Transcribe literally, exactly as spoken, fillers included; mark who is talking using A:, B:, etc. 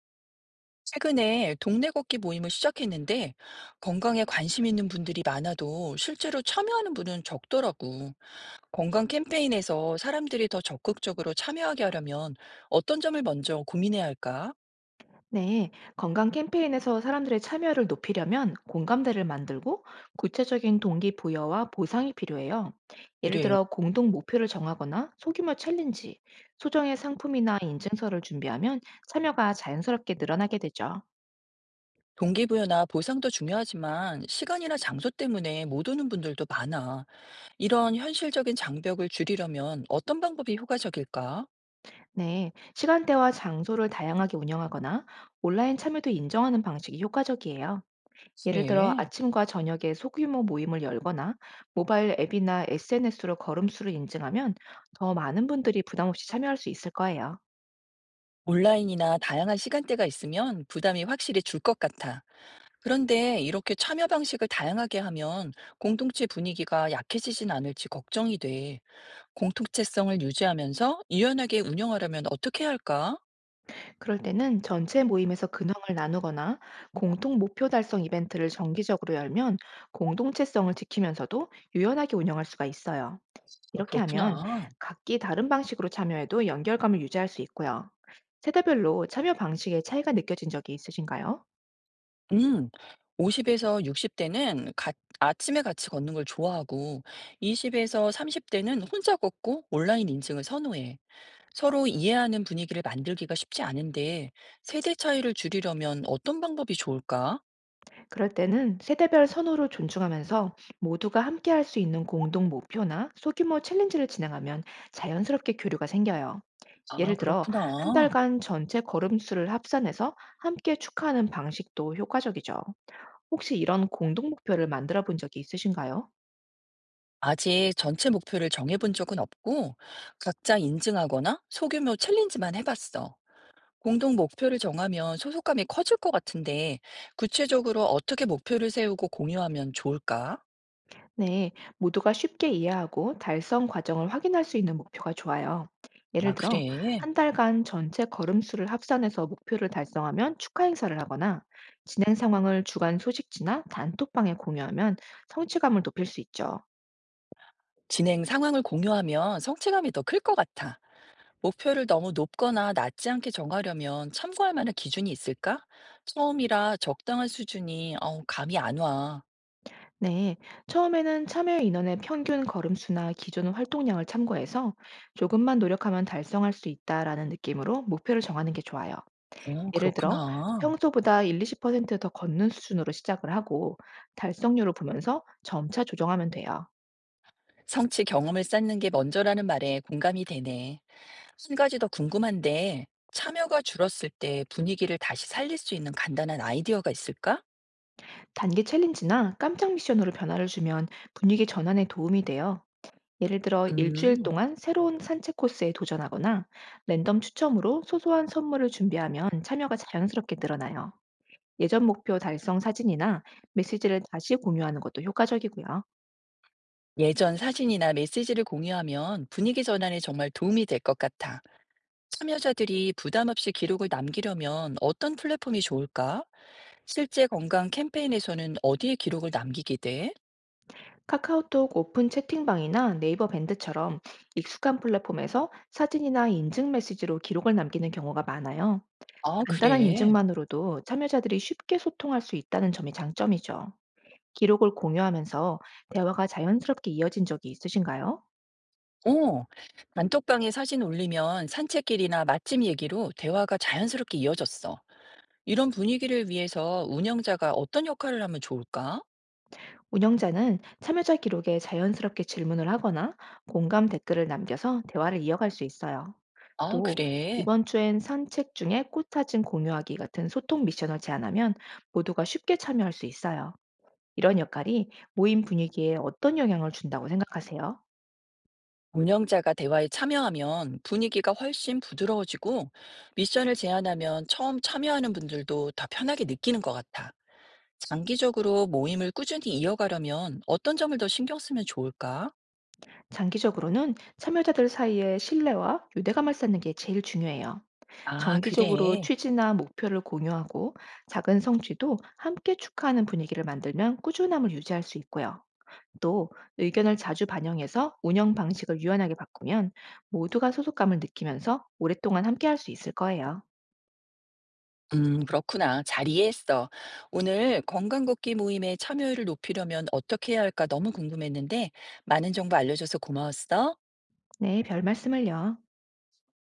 A: 최근에 동네 걷기 모임을 시작했는데 건강에 관심 있는 분들이 많아도 실제로 참여하는 분은 적더라고. 건강 캠페인에서 사람들이 더 적극적으로 참여하게 하려면 어떤 점을 먼저 고민해야 할까?
B: 네, 건강 캠페인에서 사람들의 참여를 높이려면 공감대를 만들고 구체적인 동기부여와 보상이 필요해요. 예를
A: 그래.
B: 들어 공동 목표를 정하거나 소규모 챌린지, 소정의 상품이나 인증서를 준비하면 참여가 자연스럽게 늘어나게 되죠.
A: 동기부여나 보상도 중요하지만 시간이나 장소 때문에 못 오는 분들도 많아. 이런 현실적인 장벽을 줄이려면 어떤 방법이 효과적일까?
B: 네, 시간대와 장소를 다양하게 운영하거나 온라인 참여도 인정하는 방식이 효과적이에요. 예를 들어
A: 네.
B: 아침과 저녁에 소규모 모임을 열거나 모바일 앱이나 에스엔에스로 걸음수를 인증하면 더 많은 분들이 부담 없이 참여할 수 있을 거예요.
A: 온라인이나 다양한 시간대가 있으면 부담이 확실히 줄 것 같아. 그런데 이렇게 참여 방식을 다양하게 하면 공동체 분위기가 약해지진 않을지 걱정이 돼. 공통체성을 유지하면서 유연하게 운영하려면 어떻게 해야 할까?
B: 그럴 때는 전체 모임에서 근황을 나누거나 공통 목표 달성 이벤트를 정기적으로 열면 공동체성을 지키면서도 유연하게 운영할 수가 있어요.
A: 아,
B: 이렇게 하면
A: 그렇구나.
B: 각기 다른 방식으로 참여해도 연결감을 유지할 수 있고요. 세대별로 참여 방식의 차이가 느껴진 적이 있으신가요?
A: 음, 오십에서 육십 대는 아침에 같이 걷는 걸 좋아하고, 이십에서 삼십 대는 혼자 걷고 온라인 인증을 선호해. 서로 이해하는 분위기를 만들기가 쉽지 않은데, 세대 차이를 줄이려면 어떤 방법이 좋을까?
B: 그럴 때는 세대별 선호를 존중하면서 모두가 함께 할 수 있는 공동 목표나 소규모 챌린지를 진행하면 자연스럽게 교류가 생겨요.
A: 아,
B: 예를 들어, 한
A: 그렇구나.
B: 달간 전체 걸음수를 합산해서 함께 축하하는 방식도 효과적이죠. 혹시 이런 공동 목표를 만들어 본 적이 있으신가요?
A: 아직 전체 목표를 정해본 적은 없고, 각자 인증하거나 소규모 챌린지만 해봤어. 공동 목표를 정하면 소속감이 커질 것 같은데, 구체적으로 어떻게 목표를 세우고 공유하면 좋을까?
B: 네, 모두가 쉽게 이해하고 달성 과정을 확인할 수 있는 목표가 좋아요.
A: 아,
B: 예를 들어,
A: 그래.
B: 한 달간 전체 걸음수를 합산해서 목표를 달성하면 축하 행사를 하거나 진행 상황을 주간 소식지나 단톡방에 공유하면 성취감을 높일 수 있죠.
A: 진행 상황을 공유하면 성취감이 더 클 것 같아. 목표를 너무 높거나 낮지 않게 정하려면 참고할 만한 기준이 있을까? 처음이라 적당한 수준이, 어, 감이 안 와.
B: 네, 처음에는 참여 인원의 평균 걸음수나 기존 활동량을 참고해서 조금만 노력하면 달성할 수 있다라는 느낌으로 목표를 정하는 게 좋아요.
A: 어,
B: 예를 들어
A: 그렇구나.
B: 평소보다 일-이십 퍼센트 더 걷는 수준으로 시작을 하고 달성률을 보면서 점차 조정하면 돼요.
A: 성취 경험을 쌓는 게 먼저라는 말에 공감이 되네. 한 가지 더 궁금한데, 참여가 줄었을 때 분위기를 다시 살릴 수 있는 간단한 아이디어가 있을까?
B: 단기 챌린지나 깜짝 미션으로 변화를 주면 분위기 전환에 도움이 돼요. 예를 들어 일주일
A: 음,
B: 동안 새로운 산책 코스에 도전하거나 랜덤 추첨으로 소소한 선물을 준비하면 참여가 자연스럽게 늘어나요. 예전 목표 달성 사진이나 메시지를 다시 공유하는 것도 효과적이고요.
A: 예전 사진이나 메시지를 공유하면 분위기 전환에 정말 도움이 될 것 같아. 참여자들이 부담 없이 기록을 남기려면 어떤 플랫폼이 좋을까? 실제 건강 캠페인에서는 어디에 기록을 남기게 돼?
B: 카카오톡 오픈 채팅방이나 네이버 밴드처럼 익숙한 플랫폼에서 사진이나 인증 메시지로 기록을 남기는 경우가 많아요.
A: 아,
B: 간단한
A: 그래.
B: 인증만으로도 참여자들이 쉽게 소통할 수 있다는 점이 장점이죠. 기록을 공유하면서 대화가 자연스럽게 이어진 적이 있으신가요?
A: 어, 단톡방에 사진 올리면 산책길이나 맛집 얘기로 대화가 자연스럽게 이어졌어. 이런 분위기를 위해서 운영자가 어떤 역할을 하면 좋을까?
B: 운영자는 참여자 기록에 자연스럽게 질문을 하거나 공감 댓글을 남겨서 대화를 이어갈 수 있어요.
A: 아,
B: 또
A: 그래.
B: "이번 주엔 산책 중에 꽃 사진 공유하기" 같은 소통 미션을 제안하면 모두가 쉽게 참여할 수 있어요. 이런 역할이 모임 분위기에 어떤 영향을 준다고 생각하세요?
A: 운영자가 대화에 참여하면 분위기가 훨씬 부드러워지고 미션을 제안하면 처음 참여하는 분들도 더 편하게 느끼는 것 같아. 장기적으로 모임을 꾸준히 이어가려면 어떤 점을 더 신경 쓰면 좋을까?
B: 장기적으로는 참여자들 사이에 신뢰와 유대감을 쌓는 게 제일 중요해요.
A: 아,
B: 정기적으로
A: 그래.
B: 취지나 목표를 공유하고 작은 성취도 함께 축하하는 분위기를 만들면 꾸준함을 유지할 수 있고요. 또 의견을 자주 반영해서 운영 방식을 유연하게 바꾸면 모두가 소속감을 느끼면서 오랫동안 함께할 수 있을 거예요.
A: 음, 그렇구나. 잘 이해했어. 오늘 건강 걷기 모임에 참여율을 높이려면 어떻게 해야 할까 너무 궁금했는데 많은 정보 알려줘서 고마웠어.
B: 네, 별 말씀을요.